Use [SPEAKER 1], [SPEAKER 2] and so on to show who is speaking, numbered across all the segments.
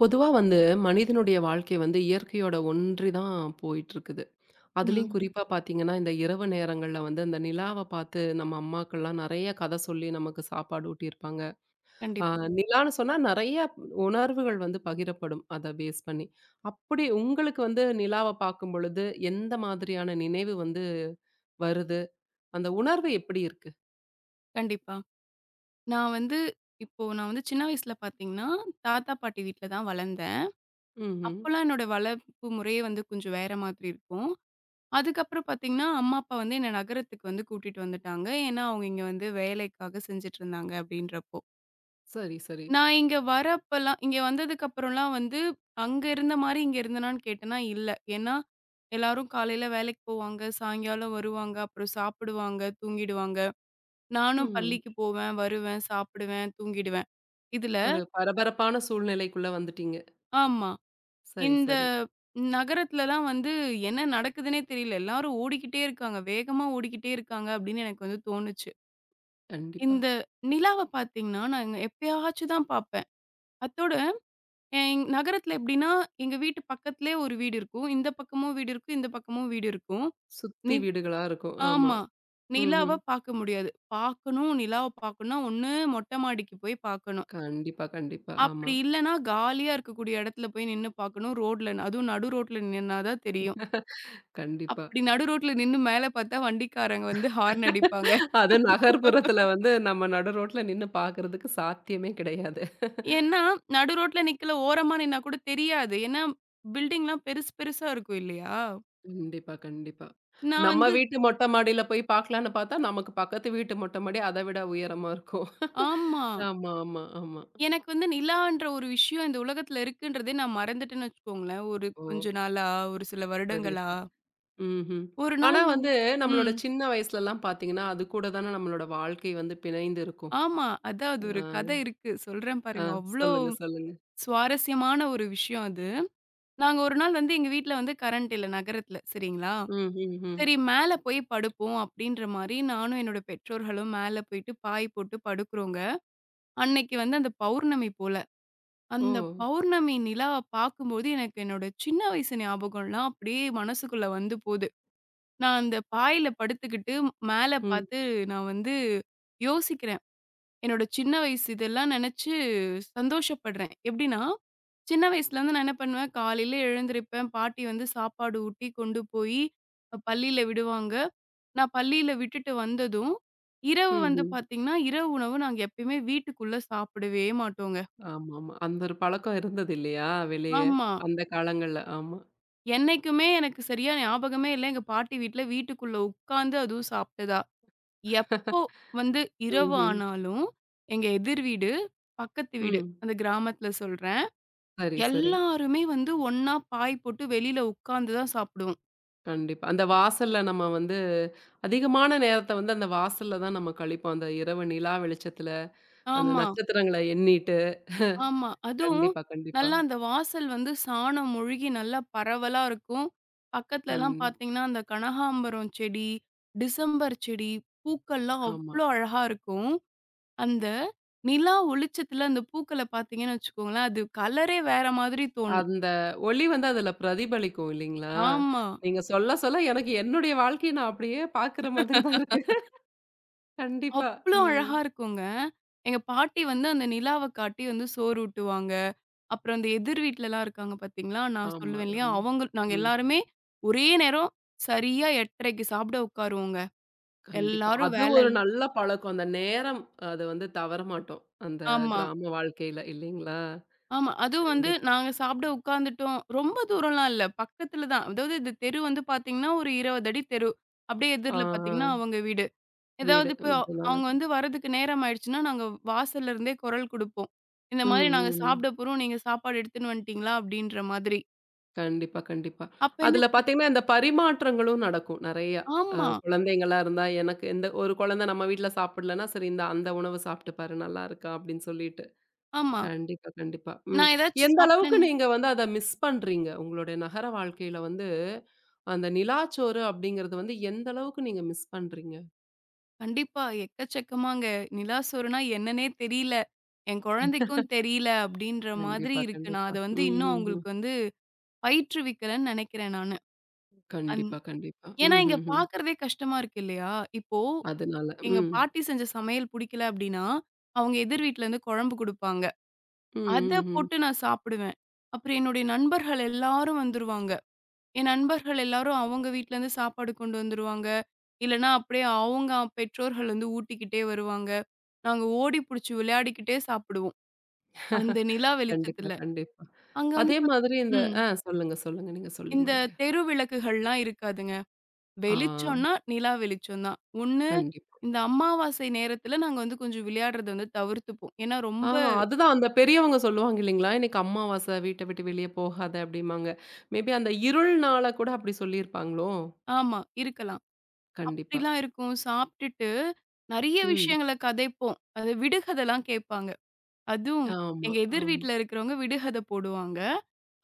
[SPEAKER 1] பொதுவா வந்து மனிதனுடைய வாழ்க்கை வந்து இயற்கையோட ஒன்றி தான் போயிட்டு இருக்குது. அதுலயும்
[SPEAKER 2] ம்.
[SPEAKER 1] குறிப்பா பார்த்தீங்கன்னா, இந்த இரவு நேரங்கள்ல வந்து அந்த நிலாவ பார்த்து நம்ம அம்மாக்கள்லாம் நெறைய கதை சொல்லி நமக்கு சாப்பாடு ஊட்டியிருப்பாங்க. அ
[SPEAKER 2] கண்டிப்பா,
[SPEAKER 1] நிலான்னு சொன்னா நெறைய உணர்வுகள் வந்து பகிரப்படும். அத பேஸ் பண்ணி. அப்படி உங்களுக்கு வந்து நிலாவ பார்க்கும்பொழுது எந்த மாதிரியான நினைவு வந்து வருது? அந்த உணர்வு எப்படி இருக்கு?
[SPEAKER 2] கண்டிப்பா. நான் வந்து இப்போ நான் வந்து சின்ன வயசுல பார்த்தீங்கன்னா, தாத்தா, பாட்டி வீட்ல தான் வளர்ந்தேன்.
[SPEAKER 1] ம்ஹ்ம்.
[SPEAKER 2] அப்பலாம் என்னோட வளர்ப்பு முறையே வந்து கொஞ்சம் வேற மாதிரி இருக்கும். அதுக்கப்புறம் பார்த்தீங்கன்னா, அம்மா, அப்பா வந்து என்ன நகரத்துக்கு வந்து கூட்டிட்டு வந்துட்டாங்க. ஏன்னா, அவங்க இங்க வந்து வேலைக்காக செஞ்சுட்டுருந்தாங்க அப்படின்றப்போ.
[SPEAKER 1] சரி, சரி.
[SPEAKER 2] நான் இங்க வரப்பலாம் இங்க வந்ததுக்கப்புறம்லாம் வந்து, அங்க இருந்த மாரி இங்க இருந்தனான்னு கேட்டேன்னா, இல்ல. ஏன்னா, எல்லாரும் காலையில வேலைக்கு போவாங்க, சாயங்காலம் வருவாங்க, அப்புறம் சாப்பிடுவாங்க, தூங்கிடுவாங்க. நானும்
[SPEAKER 1] ம்ஹ்ம்.
[SPEAKER 2] பள்ளிக்கு போவேன், வருவேன், சாப்பிடுவேன், தூங்கிடுவேன். இதுல
[SPEAKER 1] ஒரு பரபரப்பான சூழ்நிலைக்குள்ள வந்துட்டீங்க.
[SPEAKER 2] ஆமா.
[SPEAKER 1] சரி,
[SPEAKER 2] இந்த
[SPEAKER 1] சரி.
[SPEAKER 2] நகரத்துலலாம் வந்து என்ன நடக்குதுன்னே தெரியல. எல்லாரும் ஓடிக்கிட்டே இருக்காங்க. வேகமா ஓடிக்கிட்டே இருக்காங்க அப்படின்னு எனக்கு வந்து தோணுச்சு.
[SPEAKER 1] கண்டிப்பா.
[SPEAKER 2] இந்த நிலாவ பார்த்தீங்கன்னா, நான் எப்பயாச்சும் தான் பார்ப்பேன். அத்தோட எங் நகரத்துல எப்படின்னா, எங்க வீட்டு பக்கத்திலேயே ஒரு வீடு இருக்கும். இந்த பக்கமும் வீடு இருக்கும், இந்த பக்கமும் வீடு இருக்கும்.
[SPEAKER 1] சுத்தி
[SPEAKER 2] நி
[SPEAKER 1] வீடுகளா இருக்கும். ஆமா.
[SPEAKER 2] ஆமா.
[SPEAKER 1] ம்ஹ்ம்.
[SPEAKER 2] நிலாவ பார்க்க முடியாது. பார்க்கணும், நிலாவ பார்க்கணும்னா, ஒண்ணு மொட்டை மாடிக்கு போய் பார்க்கணும்.
[SPEAKER 1] கண்டிப்பா, கண்டிப்பா. ஆமா.
[SPEAKER 2] அப்படி இல்லன்னா, காலியா இருக்கக்கூடிய இடத்துல போய் நின்னு பார்க்கணும். ரோட்ல அதுவும் நடு ரோட்ல நின்னா தான் தெரியும்.
[SPEAKER 1] கண்டிப்பா.
[SPEAKER 2] அப்படி நடு ரோட்ல நின்னு மேல பார்த்தா வண்டிக்காரங்க வந்து ஹார்ன் அடிப்பாங்க.
[SPEAKER 1] அது நகர்ப்புறத்துல வந்து நம்ம நடு ரோட்ல நின்னு பார்க்கறதுக்கு சாத்தியமே கிடையாது.
[SPEAKER 2] ஏன்னா, நடு ரோட்ல நிக்கல ஓரமா நின்னா கூட தெரியாது. ஏன்னா, பில்டிங்லாம் பெருசு பெருசா இருக்கும் இல்லையா?
[SPEAKER 1] கண்டிப்பா, கண்டிப்பா.
[SPEAKER 2] நான்
[SPEAKER 1] நம்ம
[SPEAKER 2] வந்து
[SPEAKER 1] வீட்டு மொட்ட மாடியில போய் பார்க்கலான்னு பார்த்தா, நமக்கு பக்கத்து வீட்டு மொட்ட மாடி அத விட உயரமா இருக்கும்.
[SPEAKER 2] ஆமா.
[SPEAKER 1] ஆமா, ஆமா, ஆமா.
[SPEAKER 2] எனக்கு வந்து நிலான்ற ஒரு விஷயம் இந்த உலகத்துல இருக்குன்றதே நான் மறந்துட்டேன்னு வச்சுக்கோங்களேன். ஒரு
[SPEAKER 1] ஓ!
[SPEAKER 2] கொஞ்ச நாளா, ஒரு சில
[SPEAKER 1] சரி,
[SPEAKER 2] வருடங்களா.
[SPEAKER 1] சரி. ம்ஹ்ம்.
[SPEAKER 2] ஒரு
[SPEAKER 1] ஆனா
[SPEAKER 2] நாள் வந்து
[SPEAKER 1] வந்து நம்மளோட
[SPEAKER 2] ம்.
[SPEAKER 1] சின்ன வயசுலலாம் பார்த்தீங்கன்னா, அது கூட தான நம்மளோட வாழ்க்கை வந்து பிணைந்து இருக்கும்.
[SPEAKER 2] ஆமா. அதான் அது ஒரு
[SPEAKER 1] ஆ,
[SPEAKER 2] கதை இருக்கு. சொல்றேன்
[SPEAKER 1] ஆ.
[SPEAKER 2] பாருங்க. அவ்ளோ
[SPEAKER 1] சொல்லுங்க, சொல்லுங்க.
[SPEAKER 2] சுவாரஸ்யமான ஒரு விஷயம் அது. நாங்க ஒரு நாள் வந்து எங்க வீட்ல வந்து கரண்ட் இல்ல நகரத்துல, சரிங்களா?
[SPEAKER 1] ம், ம், ம்.
[SPEAKER 2] சரி மேல போய் படுப்போம் அப்டின்ற மாரி நானும் என்னோட பெற்றோர்களும் மேல போயிட்டு பாய் போட்டு படுக்குறோங்க. அன்னைக்கு வந்து அந்த பௌர்ணமி போல.
[SPEAKER 1] ஓ!
[SPEAKER 2] அந்த பௌர்ணமி நிலாவ பார்க்கும்போது எனக்கு என்னோட சின்ன வயசு ஞாபகம்லாம் அப்டியே மனசுக்குள்ள வந்து போது. நான் அந்த பாய்ல படுத்துக்கிட்டு மேல
[SPEAKER 1] ம்.
[SPEAKER 2] பார்த்து நான் வந்து யோசிக்கிறேன். என்னோட சின்ன வயசு இதெல்லாம் நெனச்சு சந்தோஷப்படுறேன். எப்டின்னா, சின்ன வயசுலருந்து நான் என்ன பண்ணுவேன், காலையில எழுந்திரிப்பேன். பாட்டி வந்து சாப்பாடு ஊட்டி கொண்டு போயி பள்ளியில விடுவாங்க. நான் பள்ளியில விட்டுட்டு வந்ததும், இரவு வந்து
[SPEAKER 1] ம்ஹ்ம்.
[SPEAKER 2] பாத்தீங்கன்னா, இரவு உணவு நாங்க எப்பயுமே வீட்டுக்குள்ள சாப்பிடவே மாட்டோங்க.
[SPEAKER 1] ஆமாமா. அந்த ஒரு பழக்கம் இருந்தது இல்லையா? வெளிய
[SPEAKER 2] ஆமா.
[SPEAKER 1] அந்த காலங்கள்ல. ஆமா.
[SPEAKER 2] என்னைக்குமே எனக்கு சரியா ஞாபகமே இல்ல. எங்க பாட்டி வீட்ல வீட்டுக்குள்ள உட்காந்து அதுவும் சாப்ட்டதா. எப்போ வந்து இரவு
[SPEAKER 1] ம்ஹ்ம்.
[SPEAKER 2] ஆனாலும், எங்க எதிர் வீடு, பக்கத்து வீடு,
[SPEAKER 1] ம்.
[SPEAKER 2] அந்த கிராமத்துல சொல்றேன்.
[SPEAKER 1] சரி, சரி.
[SPEAKER 2] எல்லாருமே வந்து ஒண்ணா பாய் போட்டு வெளியில உட்கார்ந்து தான் சாப்பிடுவோம்.
[SPEAKER 1] கண்டிப்பா. அந்த வாசல்ல நம்ம வந்து அதிகமான நேரத்த வந்து அந்த வாசல்ல தான் நம்ம கழிப்போம். அந்த இரவு நிலா வெளிச்சத்துல, அந்த
[SPEAKER 2] ஆமா,
[SPEAKER 1] நட்சத்திரங்கள எண்ணிட்டு.
[SPEAKER 2] ஆமா. அதுவும்
[SPEAKER 1] கண்டிப்பா, கண்டிப்பா.
[SPEAKER 2] நல்லா அந்த வாசல் வந்து சாணம் முழுகி நல்லா பரவலா இருக்கும்.
[SPEAKER 1] கண்
[SPEAKER 2] பக்கத்துலலாம் பார்த்தீங்கன்னா, அந்த கனகாம்பரம் செடி, டிசம்பர் செடி, பூக்கள்லாம்
[SPEAKER 1] ஆமா.
[SPEAKER 2] அவ்ளோ அழகா இருக்கும். அந்த நிலா ஒளிச்சத்துல அந்த பூக்கள பார்த்தீங்கன்னு வச்சுக்கோங்களேன், அது கலரே வேற மாதிரி தோணும்.
[SPEAKER 1] அந்த ஒளி வந்து அதுல பிரதிபலிக்கும் இல்லைங்களா?
[SPEAKER 2] ஆமா.
[SPEAKER 1] நீங்க சொல்ல சொல்ல எனக்கு என்னுடைய வாழ்க்கைய நான் அப்படியே பார்க்குற மாதிரி தான் இருக்கு. கண்டிப்பா.
[SPEAKER 2] அவ்ளோ
[SPEAKER 1] ம்.
[SPEAKER 2] அழகா இருக்குங்க. எங்க பாட்டி வந்து அந்த நிலாவ காட்டி வந்து சோறு ஊட்டுவாங்க. அப்புறம் இந்த எதிர் வீட்லலாம் இருக்காங்க பார்த்தீங்களா, நான்
[SPEAKER 1] ஆமா,
[SPEAKER 2] சொல்லுவேன் இல்லையா,
[SPEAKER 1] ஆமா.
[SPEAKER 2] அவங்க நாங்க
[SPEAKER 1] ம்.
[SPEAKER 2] எல்லாருமே ஒரே நேரம் சரியா 8:30க்கு சாப்பிட உட்காருவோங்க.
[SPEAKER 1] கண்டிப்பா.
[SPEAKER 2] எல்லாரும்
[SPEAKER 1] அது
[SPEAKER 2] வேலை
[SPEAKER 1] ஒரு நல்ல பழக்கம். அந்த நேரம் அது வந்து தவற மாட்டோம். அந்த
[SPEAKER 2] ஆமா,
[SPEAKER 1] கிராம வாழ்க்கையில இல்லைங்களா?
[SPEAKER 2] ஆமா. அதுவும் வந்து
[SPEAKER 1] கண்டிப்பா.
[SPEAKER 2] நாங்க சாப்பிட உட்காந்துட்டோம். ரொம்ப தூரம்லாம் இல்ல. பக்கத்துல தான். அதாவது இந்த தெரு வந்து பார்த்தீங்கன்னா, ஒரு 20 அடி தெரு. அப்படியே
[SPEAKER 1] ஆ,
[SPEAKER 2] எதிர்ல பார்த்தீங்கன்னா,
[SPEAKER 1] ஆ.
[SPEAKER 2] அவங்க வீடு. ஏதாவது
[SPEAKER 1] வீடு.
[SPEAKER 2] இப்போ
[SPEAKER 1] இதெல்லாம்
[SPEAKER 2] அவங்க
[SPEAKER 1] தான்.
[SPEAKER 2] வந்து வரதுக்கு நேரம் ஆயிடுச்சுன்னா, நாங்க வாசல்ல இருந்தே குரல் குடுப்போம். இந்த
[SPEAKER 1] ம்,
[SPEAKER 2] மாதிரி நாங்க
[SPEAKER 1] ம், ம்.
[SPEAKER 2] சாப்பிட போறோம். நீங்க சாப்பாடு எடுத்துன்னு வந்துட்டீங்களா? அப்படின்ற மாதிரி.
[SPEAKER 1] கண்டிப்பா, கண்டிப்பா.
[SPEAKER 2] அப்ப என்ன
[SPEAKER 1] அதுல பார்த்தீங்கன்னா, இந்த பரிமாற்றங்களும் நடக்கும் நெறையா.
[SPEAKER 2] ஆமா,
[SPEAKER 1] குழந்தைங்களா இருந்தா எனக்கு இந்த ஒரு குழந்தை நம்ம வீட்ல சாப்பிடலன்னா, சரி இந்த அந்த உணவு சாப்பிட்டு பாரு நல்லா இருக்கா அப்படின்னு சொல்லிட்டு.
[SPEAKER 2] ஆமா.
[SPEAKER 1] கண்டிப்பா, கண்டிப்பா. ம்.
[SPEAKER 2] நான் ஏதாச்சும்
[SPEAKER 1] எந்த அளவுக்கு
[SPEAKER 2] சாப்பிடலன்
[SPEAKER 1] நீங்க வந்து அத மிஸ் பண்றீங்க? உங்களுடைய நகர வாழ்க்கையில வந்து அந்த நிலாச்சோறு அப்படிங்கிறது வந்து எந்த அளவுக்கு நீங்க மிஸ் பண்றீங்க?
[SPEAKER 2] கண்டிப்பா. எக்கச்சக்கமாங்க. நிலா சோறுனா என்னன்னே தெரியல. என் குழந்தைக்கும் தெரியல அப்படின்ற மாதிரி
[SPEAKER 1] கண்டிப்பா,
[SPEAKER 2] இருக்கு. நான்
[SPEAKER 1] கண்டிப்பா.
[SPEAKER 2] அத வந்து
[SPEAKER 1] ம்,
[SPEAKER 2] இன்னும்
[SPEAKER 1] ம், ம்.
[SPEAKER 2] அவங்களுக்கு வந்து பயிற்றுவிக்கலன்னு நெனைக்கிறேன் நானு. அந்
[SPEAKER 1] கண்டிப்பா, கண்டிப்பா.
[SPEAKER 2] ஏன்னா
[SPEAKER 1] ம்,
[SPEAKER 2] இங்க
[SPEAKER 1] ம், ம்.
[SPEAKER 2] பார்க்கறதே கஷ்டமா இருக்கு இல்லையா? இப்போ
[SPEAKER 1] அதனால.
[SPEAKER 2] எங்க
[SPEAKER 1] ம்.
[SPEAKER 2] பாட்டி செஞ்ச சமையல் புடிக்கல அப்படின்னா, அவங்க எதிர் வீட்லருந்து குழம்பு குடுப்பாங்க.
[SPEAKER 1] ம்,
[SPEAKER 2] அத
[SPEAKER 1] ம், ம்.
[SPEAKER 2] போட்டு நான் சாப்பிடுவேன். அப்புறம் என்னுடைய நண்பர்கள் எல்லாரும் வந்துருவாங்க. என் நண்பர்கள் எல்லாரும் அவங்க வீட்லருந்து சாப்பாடு கொண்டு வந்துருவாங்க. இல்லன்னா, அப்படியே அவங்க பெற்றோர்கள் வந்து ஊட்டிக்கிட்டே வருவாங்க. நாங்க ஓடி புடிச்சு விளையாடிக்கிட்டே சாப்பிடுவோம். அந்த நிலா
[SPEAKER 1] கண்டிப்பா,
[SPEAKER 2] வெளிச்சத்துல.
[SPEAKER 1] கண்டிப்பா.
[SPEAKER 2] அங்க வந்து
[SPEAKER 1] அதே
[SPEAKER 2] பாத்
[SPEAKER 1] மாதிரி இந்த
[SPEAKER 2] ம்.
[SPEAKER 1] ஆ சொல்லுங்க, சொல்லுங்க. நீங்க சொல்லி
[SPEAKER 2] இந்த
[SPEAKER 1] முடிங்க.
[SPEAKER 2] தெரு விளக்குகள்லாம் இருக்காதுங்க.
[SPEAKER 1] ஆ
[SPEAKER 2] வெளிச்சம்னா, நிலா வெளிச்சம் தான். ஒண்ணு
[SPEAKER 1] கண்டிப்பா.
[SPEAKER 2] இந்த அமாவாசை நேரத்துல நாங்க வந்து கொஞ்சம் விளையாடுறத வந்து தவிர்த்துப்போம். ஏன்னா
[SPEAKER 1] ஆ
[SPEAKER 2] ரொம்ப
[SPEAKER 1] அதுதான் அந்த பெரியவங்க சொல்லுவாங்க இல்லைங்களா? "இன்னைக்கு அமாவாசை வீட்ட விட்டு வெளிய போகாத" அப்படிம்பாங்க. மேபி அந்த இருள்னால கூட அப்படி சொல்லியிருப்பாங்களோ?
[SPEAKER 2] ஆமா இருக்கலாம்.
[SPEAKER 1] கண்டிப்பா.
[SPEAKER 2] அப்படிலாம் இருக்கும். சாப்ட்டுட்டு நெறைய
[SPEAKER 1] ம்.
[SPEAKER 2] விஷயங்கள கதைப்போம். அது விடுகதைலாம் கேட்பாங்க. அதுவும்
[SPEAKER 1] ஆமா,
[SPEAKER 2] எங்க எதிர்
[SPEAKER 1] ஆமா.
[SPEAKER 2] வீட்ல இருக்கிறவங்க விடுகதை போடுவாங்க.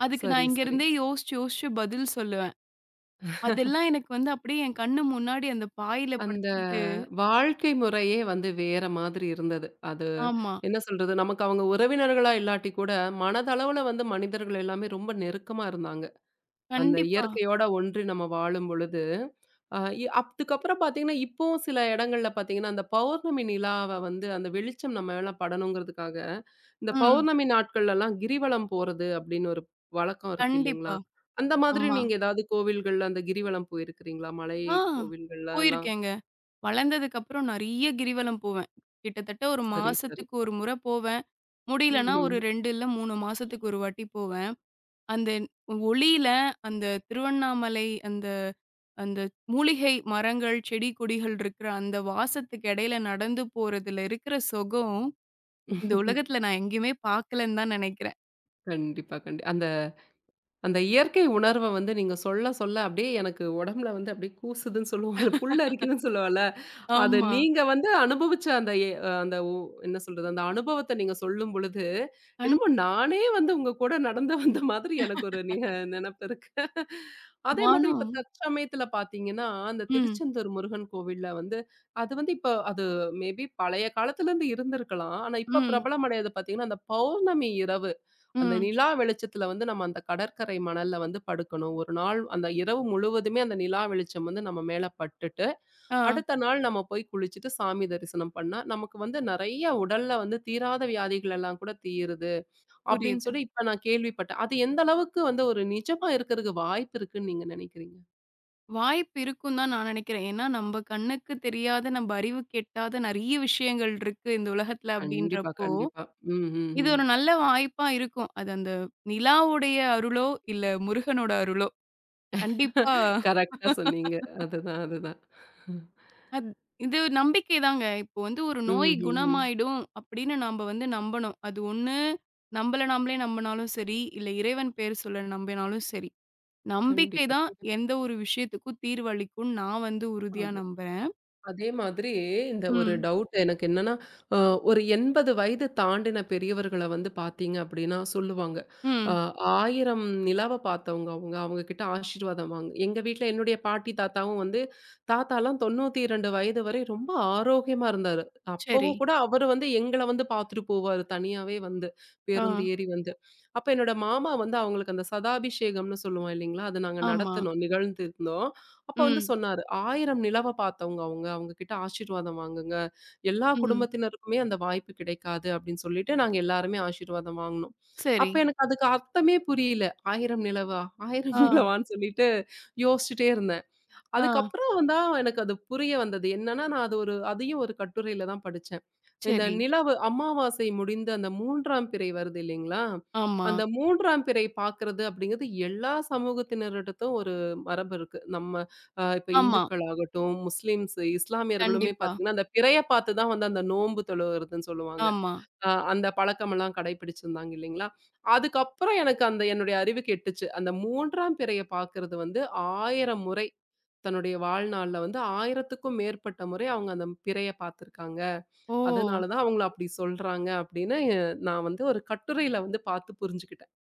[SPEAKER 2] அதுக்கு நான்
[SPEAKER 1] சரி, சரி.
[SPEAKER 2] இங்கருந்தே யோசிச்சு, யோசிச்சு பதில் சொல்லுவேன். அதெல்லாம் எனக்கு வந்து அப்படியே என் கண்ணு முன்னாடி அந்த பாயில
[SPEAKER 1] அந்த
[SPEAKER 2] படுத்துக்கிட்டு
[SPEAKER 1] வாழ்க்கை முறையே வந்து வேற மாதிரி இருந்தது. அது
[SPEAKER 2] ஆமா.
[SPEAKER 1] என்ன சொல்றது? நமக்கு அவங்க உறவினர்களா இல்லாட்டி கூட, மனதளவுல வந்து மனிதர்கள் எல்லாமே ரொம்ப நெருக்கமா இருந்தாங்க. அந்த
[SPEAKER 2] கண்டிப்பா.
[SPEAKER 1] இயற்கையோட ஒன்றி நம்ம வாழும் பொழுது, அ இ அதுக்கப்புறம் பார்த்தீங்கன்னா, இப்பவும் சில இடங்கள்ல பார்த்தீங்கன்னா, அந்த பௌர்ணமி நிலாவ வந்து அந்த வெளிச்சம் நம்ம மேல படணுங்கிறதுக்காக, இந்த
[SPEAKER 2] ம்.
[SPEAKER 1] பௌர்ணமி நாட்கள்லலாம் கிரிவலம் போறது அப்படின்னு ஒரு வழக்கம் இருக்கு
[SPEAKER 2] கண்டிப்பா.
[SPEAKER 1] இல்லைங்களா? அந்த மாதிரி
[SPEAKER 2] ஆமா.
[SPEAKER 1] நீங்க ஏதாவது கோவில்கள்ல அந்த கிரிவலம் போயிருக்கிறீங்களா? மலை
[SPEAKER 2] ஆ
[SPEAKER 1] கோவில்கள்லலாம்?
[SPEAKER 2] போயிருக்கேங்க. வளர்ந்ததுக்கப்புறம் நெறைய கிரிவலம் போவேன். கிட்டத்தட்ட ஒரு
[SPEAKER 1] சரி, சரி.
[SPEAKER 2] மாசத்துக்கு ஒரு முறை போவேன். முடியலன்னா ஒரு
[SPEAKER 1] ம்ஹ்ம்.
[SPEAKER 2] 2 இல்ல 3 மாசத்துக்கு ஒரு வாட்டி போவேன். அந்த ஒளியில அந்த திருவண்ணாமலை அந்த அந்த மூலிகை மரங்கள், செடி, கொடிகள் இருக்கிற அந்த வாசத்துக்கு இடையில நடந்து போறதுல இருக்கிற சுகம், இந்த உலகத்துல நான் எங்கேயுமே பார்க்கலன்னு தான் நினைக்கிறேன்.
[SPEAKER 1] கண்டிப்பா, அந்த அந்த இயற்கை உணர்வ வந்து நீங்க சொல்ல, சொல்ல அப்படியே எனக்கு உடம்புல வந்து அப்படியே கூசுதுன்னு சொல்லுவோம்ல, புல்லரிக்குதுன்னு சொல்லுவோம்ல. அது
[SPEAKER 2] ஆமா.
[SPEAKER 1] நீங்க வந்து அனுபவிச்ச அந்த அந்த என்ன சொல்றது? அந்த அனுபவத்த நீங்க சொல்லும் பொழுது,
[SPEAKER 2] கண்
[SPEAKER 1] என்னமோ நானே வந்து உங்க கூட நடந்து வந்த மாதிரி எனக்கு ஒரு நெனப்பு இருக்கு. அதே மாதிரி இப்ப
[SPEAKER 2] நானும்
[SPEAKER 1] தற்சமயத்துல பார்த்தீங்கன்னா, அந்த
[SPEAKER 2] ம்,
[SPEAKER 1] திருச்செந்தூர் முருகன் கோவில்ல வந்து அது வந்து இப்ப அது மேபி பழைய காலத்துலருந்து இருந்திருக்கலாம். ஆனா இப்ப
[SPEAKER 2] ம்,
[SPEAKER 1] பிரபலமடையது பார்த்தீங்கன்னா, அந்த பௌர்ணமி இரவு. அந்த
[SPEAKER 2] ம்.
[SPEAKER 1] நிலா வெளிச்சத்துல வந்து நம்ம அந்த கடற்கரை மணல்ல வந்து படுக்கணும். ஒரு நாள் அந்த இரவு முழுவதுமே அந்த நிலா வெளிச்சம் வந்து நம்ம மேல பட்டுட்டு,
[SPEAKER 2] ஆ
[SPEAKER 1] அடுத்த நாள் நம்ம போய் குளிச்சுட்டு சாமி தரிசனம் பண்ணா, நமக்கு வந்து நெறைய உடல்ல வந்து தீராத வியாதிகள் எல்லாம் கூட தீருது. அப்படின்னு
[SPEAKER 2] புரியுது.
[SPEAKER 1] சொல்லி இப்ப நான் கேள்விப்பட்டேன். அது எந்த அளவுக்கு வந்து ஒரு நிஜமா இருக்கறதுக்கு வாய்ப்பு இருக்குன்னு நீங்க நெனைக்கிறீங்க?
[SPEAKER 2] வாய்ப்பு இருக்குன்னு தான் நான் நினைக்கிறேன். ஏன்னா நம்ம கண்ணுக்கு தெரியாத, நம்ம அறிவுக்கு எட்டாத நெறைய விஷயங்கள் இருக்கு இந்த உலகத்துல
[SPEAKER 1] கண்டிப்பா,
[SPEAKER 2] அப்படின்றப்போ,
[SPEAKER 1] கண்டிப்பா. ம், ம்,
[SPEAKER 2] இது
[SPEAKER 1] ம்.
[SPEAKER 2] ஒரு நல்ல வாய்ப்பா இருக்கும். அது அந்த நிலாவுடைய அருளோ, இல்ல முருகனோட அருளோ, கண்டிப்பா
[SPEAKER 1] கரெக்ட்டா சொன்னீங்க. அதுதான், அதுதான்.
[SPEAKER 2] அத் இது நம்பிக்கை தாங்க. இப்போ வந்து ஒரு
[SPEAKER 1] ம்,
[SPEAKER 2] நோய்
[SPEAKER 1] ம், ம்.
[SPEAKER 2] குணமாயிடும் அப்படின்னு நம்ப வந்து நம்பணும். அது ஒண்ணு நம்பள நாமளே நம்புனாலும் சரி, இல்ல இறைவன் பேர் சொல்ல நம்பினாலும் சரி. நம்பிக்கை
[SPEAKER 1] கண்டிப்பா,
[SPEAKER 2] தான்
[SPEAKER 1] கண்டிப்பா.
[SPEAKER 2] எந்த ஒரு விஷயத்துக்கும் தீர்வளிக்கும்னு நான் வந்து உறுதியா
[SPEAKER 1] அது
[SPEAKER 2] நம்புறேன்.
[SPEAKER 1] அதே மாதிரி இந்த ஒரு
[SPEAKER 2] ம்,
[SPEAKER 1] டவுட் எனக்கு என்னன்னா, அ ஒரு 80 வயது தாண்டின பெரியவர்கள வந்து பார்த்தீங்க அப்படின்னா சொல்லுவாங்க. அ
[SPEAKER 2] ம்.
[SPEAKER 1] 1000 நிலாவ பார்த்தவங்க அவங்க. அவங்க கிட்ட ஆசீர்வாதம் வாங்க எங்க வீட்ல என்னுடைய பாட்டி தாத்தாவும் வந்து தாத்தாலாம் 92 வயது வரை ரொம்ப ஆரோக்கியமா இருந்தாரு.
[SPEAKER 2] சரி.
[SPEAKER 1] அப்பவும் கூட அவரு வந்து எங்கள வந்து பார்த்துட்டு போவாரு. தனியாவே வந்து
[SPEAKER 2] ஆ,
[SPEAKER 1] பேருந்து ஏறி வந்து. அப்ப என்னோட மாமா வந்து அவங்களுக்கு அந்த சதாபிஷேகம்னு சொல்லுவோம் இல்லைங்களா? அது நாங்க
[SPEAKER 2] ஆமா.
[SPEAKER 1] நடத்துனோம், நிகழ்ந்து இருந்தோம். அப்ப வந்து
[SPEAKER 2] ம்,
[SPEAKER 1] சொன்னாரு, "1000 நிலவ பார்த்தவங்க அவங்க. அவங்க கிட்ட ஆசீர்வாதம் வாங்குங்க. எல்லா
[SPEAKER 2] ம்.
[SPEAKER 1] குடும்பத்தினருக்குமே அந்த வாய்ப்பு கிடைக்காது." அப்படின்னு சொல்லிட்டு நாங்க எல்லாருமே ஆசீர்வாதம் வாங்குனோம்.
[SPEAKER 2] சரி.
[SPEAKER 1] அப்ப எனக்கு அதுக்கு அர்த்தமே புரியல. 1000 நிலவா? 1000
[SPEAKER 2] ஆ,
[SPEAKER 1] நிலவான்னு சொல்லிட்டு யோசிச்சுட்டே இருந்தேன்.
[SPEAKER 2] ஆ.
[SPEAKER 1] அதுக்கப்புறம் தான் எனக்கு அது புரிய வந்தது. என்னன்னா, நான் அது ஒரு அதையும் ஒரு கட்டுரையில தான் படிச்சேன். இந்த
[SPEAKER 2] சரி.
[SPEAKER 1] நிலவு அமாவாசை முடிந்த அந்த 3ஆம் பிறை வருது இல்லைங்களா?
[SPEAKER 2] ஆமா,
[SPEAKER 1] அந்த 3ஆம் பிறை பார்க்கறது அப்படிங்கிறது எல்லா சமூகத்தினரிடத்தும் ஒரு மரபு இருக்கு. நம்ம இப்ப
[SPEAKER 2] ஆமா.
[SPEAKER 1] இந்துக்களாகட்டும், முஸ்லிம்ஸ், இஸ்லாமியர்களுமே
[SPEAKER 2] கண்டிப்பா.
[SPEAKER 1] பார்த்தீங்கன்னா, அந்த பிறைய பார்த்து தான் வந்து அந்த நோன்பு தொழுவுறதுன்னு சொல்லுவாங்க.
[SPEAKER 2] ஆமா.
[SPEAKER 1] அந்த பழக்கமெல்லாம் கடைபிடிச்சிருந்தாங்க இல்லைங்களா? அதுக்கப்புறம் எனக்கு அந்த என்னுடைய அறிவு கெட்டுச்சு. அந்த 3ஆம் பிறைய பார்க்கறது வந்து 1000 முறை தன்னுடைய வாழ்நாள்ல வந்து 1000த்துக்கும் மேற்பட்ட முறை அவங்க அந்த பிறைய பார்த்துருக்காங்க.
[SPEAKER 2] ஓ!
[SPEAKER 1] அதனால தான் அவங்கள அப்படி சொல்றாங்க அப்படின்னு நான் வந்து ஒரு கட்டுரையில வந்து பார்த்து புரிஞ்சுக்கிட்டேன்.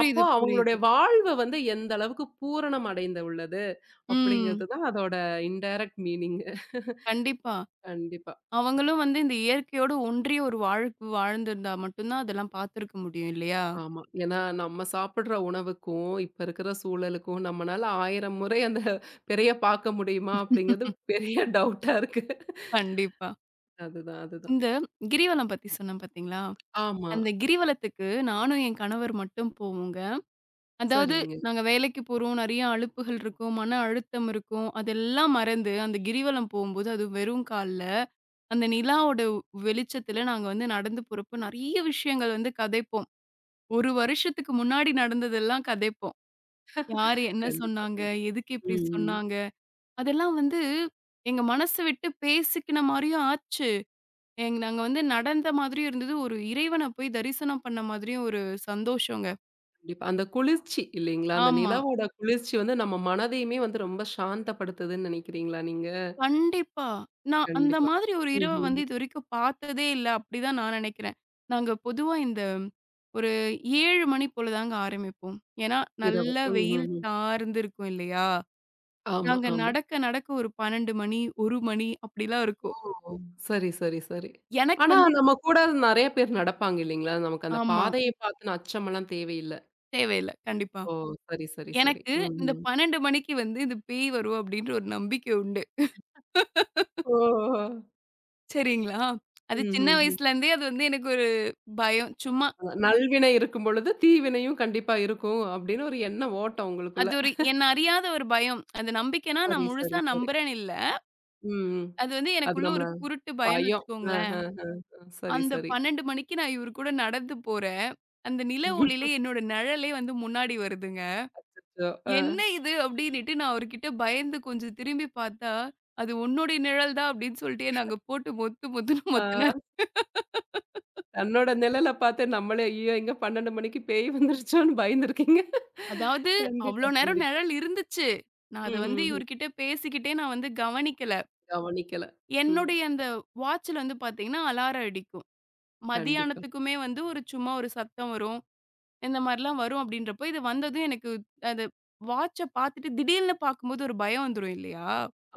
[SPEAKER 1] அப்போ
[SPEAKER 2] புரியுது.
[SPEAKER 1] அவங்களுடைய வாழ்வு வந்து எந்த அளவுக்கு பூரணம் அடைந்து உள்ளது
[SPEAKER 2] ம்.
[SPEAKER 1] அப்படிங்கிறது தான் அதோட இன்டைரக்ட் மீனிங்
[SPEAKER 2] கண்டிப்பா.
[SPEAKER 1] கண்டிப்பா.
[SPEAKER 2] அவங்களும் வந்து இந்த இயற்கையோடு ஒன்றிய ஒரு வாழ்வு வாழ்ந்திருந்தா மட்டும் தான் அதெல்லாம் பார்த்திருக்க முடியும் இல்லையா?
[SPEAKER 1] ஆமா. ஏன்னா நம்ம சாப்பிடுற உணவுக்கும், இப்ப இருக்கிற சூழலுக்கும் நம்மனால 1000 முறை அந்த பிறைய பார்க்க முடியுமா? அப்படிங்கிறது பெரிய டவுட்டா இருக்கு.
[SPEAKER 2] கண்டிப்பா.
[SPEAKER 1] அதுதான், அதுதான்.
[SPEAKER 2] இந்த கிரிவலம் பத்தி சொன்னேன் பார்த்தீங்களா?
[SPEAKER 1] ஆமா.
[SPEAKER 2] அந்த கிரிவலத்துக்கு நானும் என் கணவர் மட்டும் போவோங்க. அதாவது
[SPEAKER 1] சரிங்க.
[SPEAKER 2] நாங்க வேலைக்கு போறோம், நெறைய அலுப்புகள் இருக்கும், மன அழுத்தம் இருக்கும். அதெல்லாம் மறந்து அந்த கிரிவலம் போம்போது, அதுவும் வெறும் கால்ல, அந்த நிலாவோட வெளிச்சத்துல நாங்க வந்து நடந்து போறப்போ நெறைய விஷயங்கள் வந்து கதைப்போம். ஒரு வருஷத்துக்கு முன்னாடி நடந்ததெல்லாம் கதைப்போம். யாரு என்ன
[SPEAKER 1] கண்டிப்பா,
[SPEAKER 2] சொன்னாங்க?
[SPEAKER 1] கண்டிப்பா.
[SPEAKER 2] எதுக்கு இப்படி
[SPEAKER 1] ம், ம்.
[SPEAKER 2] சொன்னாங்க? அதெல்லாம் வந்து எங்க மனச விட்டு பேசிக்கின மாரியும் ஆச்சு. எங் நாங்க வந்து நடந்த மாதிரியும் இருந்தது. ஒரு இறைவன போய் தரிசனம் பண்ண மாதிரியும் ஒரு சந்தோஷங்க.
[SPEAKER 1] கண்டிப்பா. அந்த குளிர்ச்சி இல்லைங்களா? அந்த
[SPEAKER 2] ஆமா.
[SPEAKER 1] நிலவோட குளிர்ச்சி வந்து நம்ம மனதையுமே வந்து ரொம்ப சாந்தப்படுத்துதுன்னு நினைக்கிறீங்களா நீங்க?
[SPEAKER 2] கண்டிப்பா. நான் அந்த
[SPEAKER 1] கண்டிப்பா.
[SPEAKER 2] மாதிரி ஒரு இரவ வந்து
[SPEAKER 1] ம்ஹ்ம்.
[SPEAKER 2] இதுவரைக்கும் பார்த்ததே இல்ல. அப்படிதான் நான் நெனைக்கிறேன். நாங்க பொதுவா இந்த ஒரு 7 மணி போல தாங்க ஆரம்பிப்போம். ஏன்னா,
[SPEAKER 1] இரவு.
[SPEAKER 2] நல்லா
[SPEAKER 1] ம், ம்,
[SPEAKER 2] வெயில்
[SPEAKER 1] ம்.
[SPEAKER 2] தார்ந்து இருக்கும் இல்லையா?
[SPEAKER 1] ஆமா,
[SPEAKER 2] நாங்க
[SPEAKER 1] ஆமா.
[SPEAKER 2] நடக்க நடக்க ஒரு 12 மணி, 1 மணி அப்படிலாம்
[SPEAKER 1] ஓ!
[SPEAKER 2] இருக்கும்.
[SPEAKER 1] சரி, சரி, சரி.
[SPEAKER 2] எனக்கு
[SPEAKER 1] ஆனா
[SPEAKER 2] வந்து
[SPEAKER 1] நம்ம கூட நெறைய பேர் நடப்பாங்க இல்லைங்களா? நமக்கு அந்த
[SPEAKER 2] ஆமா.
[SPEAKER 1] பாதைய பார்த்துன அச்சமெல்லாம் தேவையில்ல.
[SPEAKER 2] தேவையில்ல. கண்டிப்பா.
[SPEAKER 1] ஓ! சரி, சரி, சரி.
[SPEAKER 2] எனக்கு இந்த
[SPEAKER 1] ம்ஹ்ம்.
[SPEAKER 2] 12 மணிக்கு வந்து இந்த பேய் வரும் அப்டின்ற ஒரு நம்பிக்கை உண்டு.
[SPEAKER 1] ஓ!
[SPEAKER 2] சரிங்களா? அது சின்ன
[SPEAKER 1] ம்ஹ்ஹ்ம்.
[SPEAKER 2] வயசுலேருந்தே அது வந்து எனக்கு ஒரு பயம். சும்மா
[SPEAKER 1] நல்வினை இருக்கும் பொழுது தீவினையும் கண்டிப்பா இருக்கும் அப்படின்னு ஒரு எண்ண ஓட்டம் உங்களுக்குள்ள.
[SPEAKER 2] அது ஒரு என்ன அறியாத ஒரு பயம். அந்த நம்பிக்கைன்னா
[SPEAKER 1] சரி,
[SPEAKER 2] நான்
[SPEAKER 1] சரி,
[SPEAKER 2] முழுசா
[SPEAKER 1] சரி.
[SPEAKER 2] நம்புறேன்னு இல்ல.
[SPEAKER 1] ம், ம்.
[SPEAKER 2] அது வந்து
[SPEAKER 1] அது
[SPEAKER 2] எனக்குள்ள
[SPEAKER 1] நம்மள
[SPEAKER 2] ஒரு குருட்டு பயம்ன்னு
[SPEAKER 1] பயம்.
[SPEAKER 2] வச்சுக்கோங்களேன்.
[SPEAKER 1] அஹ, சரி,
[SPEAKER 2] அந்த
[SPEAKER 1] சரி.
[SPEAKER 2] 12 மணிக்கு நான் இவரு கூட நடந்து போறேன். அந்த நில ஒளியில என்னோட நிழலே வந்து முன்னாடி வருதுங்க.
[SPEAKER 1] அச்சச்சோ! அ,
[SPEAKER 2] "என்ன இது?" அப்டின்னுட்டு நான் அவர்கிட்ட பயந்து கொஞ்சம் திரும்பி பார்த்தா, "அது உன்னுடைய நிழல் தான்" அப்டின்னு சொல்லிட்டு என்ன அங்க போட்டு மொத்து மொத்துன்னு
[SPEAKER 1] ஆ
[SPEAKER 2] மொத்துனாரு.
[SPEAKER 1] தன்னோட நிழல பார்த்து நம்மளே ஐயோ! எங்க 12 மணிக்கு பேய் வந்துருச்சோன்னு பயந்துருக்கீங்க.
[SPEAKER 2] அதாவது அவ்ளோ
[SPEAKER 1] கண்டிப்பா,
[SPEAKER 2] நேரம்
[SPEAKER 1] கண்டிப்பா.
[SPEAKER 2] நிழல் இருந்துச்சு. நான்
[SPEAKER 1] ம்,
[SPEAKER 2] அத வந்து
[SPEAKER 1] ம், ம்.
[SPEAKER 2] இவர்கிட்ட பேசிக்கிட்டே நான் வந்து கவனிக்கல.
[SPEAKER 1] கவனிக்கல. ம்.
[SPEAKER 2] என்னுடைய அந்த வாட்ச்ல வந்து பார்த்தீங்கன்னா, அலாரம் அடிக்கும்.
[SPEAKER 1] கண்டிப்பா.
[SPEAKER 2] மதியானத்துக்குமே வந்து ஒரு சும்மா ஒரு சத்தம் வரும். இந்த மாரிலாம் வரும் அப்படின்றப்போ, இது வந்ததும் எனக்கு அது வாட்ச பார்த்துட்டு திடீர்னு பார்க்கும்போது ஒரு பயம் வந்துரும் இல்லையா?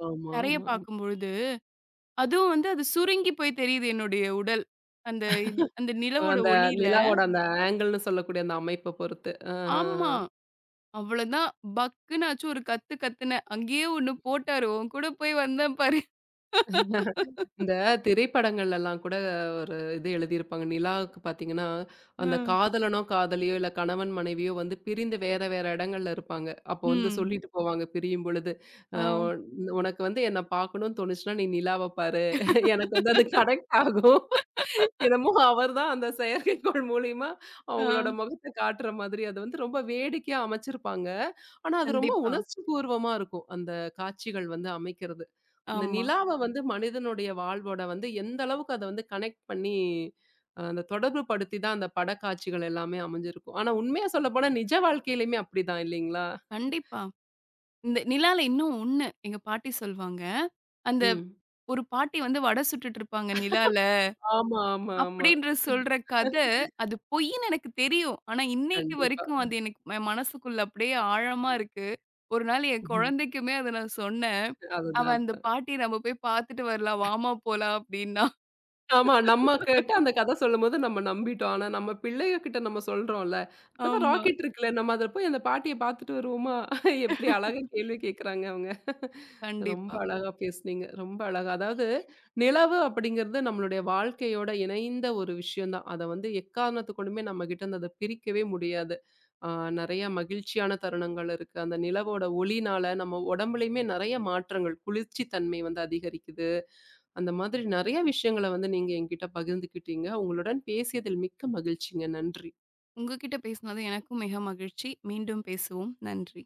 [SPEAKER 1] ஆமா,
[SPEAKER 2] தரைய
[SPEAKER 1] ஆமா, ஆமா.
[SPEAKER 2] பார்க்கும்பொழுது. அதுவும் வந்து அது சுருங்கி போய் தெரியுது என்னுடைய உடல். அந்த அந்த நிலவோட
[SPEAKER 1] அந்த
[SPEAKER 2] ஒளியில.
[SPEAKER 1] நிலாவோட அந்த ஆங்கிள்ன்னு சொல்லக்கூடிய அந்த அமைப்ப பொறுத்து.
[SPEAKER 2] ஆமா. அவ்வளதான் பக்குனாச்சும் ஒரு கத்து கத்துனேன். அங்கேயே ஒண்ணு போட்டாரு. உன் கூட போய் வந்தேன் பாரு.
[SPEAKER 1] இந்த திரைப்படங்கள்லலாம் கூட ஒரு இது எழுதியிருப்பாங்க. நிலாவுக்கு பார்த்தீங்கன்னா,
[SPEAKER 2] ஆ.
[SPEAKER 1] அந்த காதலனோ, காதலியோ இல்ல கணவன் மனைவியோ வந்து பிரிந்து வேற வேற இடங்கள்ல இருப்பாங்க. அப்போ வந்து
[SPEAKER 2] ம்.
[SPEAKER 1] சொல்லிட்டு போவாங்க பிரியும் பொழுது. அ
[SPEAKER 2] ஆ.
[SPEAKER 1] உன் உனக்கு வந்து என்ன பார்க்கணும்னு தோணுச்சுன்னா, நீ நிலாவ பாரு. எனக்கு வந்து அது கனெக்ட் ஆகும். என்னமோ அவர்தான் அந்த செயற்கைக்கோள் மூலியமா
[SPEAKER 2] ஆ.
[SPEAKER 1] அவங்களோட முகத்த காட்டுற மாதிரி அது வந்து ரொம்ப வேடிக்கையா அமைச்சிருப்பாங்க. ஆனா, அது ரொம்ப
[SPEAKER 2] கண்டிப்பா.
[SPEAKER 1] உணர்ச்சிபூர்வமா இருக்கும். அந்த காட்சிகள் வந்து அமைக்கிறது. அந்த
[SPEAKER 2] ஆமா.
[SPEAKER 1] நிலாவ வந்து மனிதனுடைய வாழ்வோட வந்து எந்த அளவுக்கு அத வந்து கனெக்ட் பண்ணி அந்த தொடர்பு படுத்தி தான் அந்த படக்காட்சிகள் எல்லாமே அமைஞ்சிருக்கும். ஆனா, உண்மையா சொல்லப்போனா நிஜ வாழ்க்கையிலயுமே அப்படிதான் இல்லைங்களா?
[SPEAKER 2] கண்டிப்பா. இந்த நிலால இன்னும் ஒண்ணு. எங்க பாட்டி சொல்வாங்க. அந்த
[SPEAKER 1] ம்.
[SPEAKER 2] ஒரு பாட்டி வந்து வடை சுட்டுட்டு இருப்பாங்க நிலால.
[SPEAKER 1] ஆமா, ஆமா, ஆமா.
[SPEAKER 2] அப்படின்ற சொல்ற கதை, அது பொய்ன்னு எனக்கு தெரியும். ஆனா இன்னைக்கு
[SPEAKER 1] கண்டிப்பா.
[SPEAKER 2] வரைக்கும் அது எனக்கு என் மனசுக்குள்ள அப்படியே ஆழமா இருக்கு. ஒரு நாள் என்
[SPEAKER 1] ம்.
[SPEAKER 2] குழந்தைக்குமே அத நான் சொன்னேன். அவ
[SPEAKER 1] அதுதான்.
[SPEAKER 2] அந்த
[SPEAKER 1] அதுதான்.
[SPEAKER 2] பாட்டிய நம்ம போய் பார்த்துட்டு வரலாம். வாம்மா போலாம் அப்படின்னா.
[SPEAKER 1] ஆமா. நம்ம கேட்டு அந்த கத சொல்லும்போது நம்ம நம்பிட்டோம். ஆனா நம்ம பிள்ளைக கிட்ட நம்ம சொல்றோம்ல. இப்பதான்
[SPEAKER 2] ஆமா.
[SPEAKER 1] ராக்கெட் இருக்குல்ல. நம்ம அத போய் அந்த பாட்டிய பார்த்துட்டு வருவோமா? எப்படி அழகா கேள்வி கேட்குறாங்க அவங்க. ரொம்ப
[SPEAKER 2] கண்டிப்பா.
[SPEAKER 1] அழகா பேசுனீங்க. ரொம்ப அழகா. அதாவது நிலவு அப்படிங்கிறது நம்மளுடைய வாழ்க்கையோட இணைந்த ஒரு விஷயம் தான். அத வந்து எக்காரணத்துக் கொண்டுமே நம்மகிட்ட இருந்து அத பிரிக்கவே முடியாது. ஆ நெறைய மகிழ்ச்சியான தருணங்கள் இருக்கு. அந்த நிலவோட ஒளினால நம்ம உடம்புலயுமே நெறைய மாற்றங்கள், குளிர்ச்சி தன்மை வந்து அதிகரிக்குது. அந்த மாதிரி நெறைய விஷயங்கள வந்து நீங்க என்கிட்ட பகிர்ந்துக்கிட்டீங்க. உங்களுடன் பேசியதில் மிக்க மகிழ்ச்சிங்க. நன்றி.
[SPEAKER 2] உங்ககிட்ட பேசினது எனக்கும் மிக மகிழ்ச்சி. மீண்டும் பேசுவோம். நன்றி.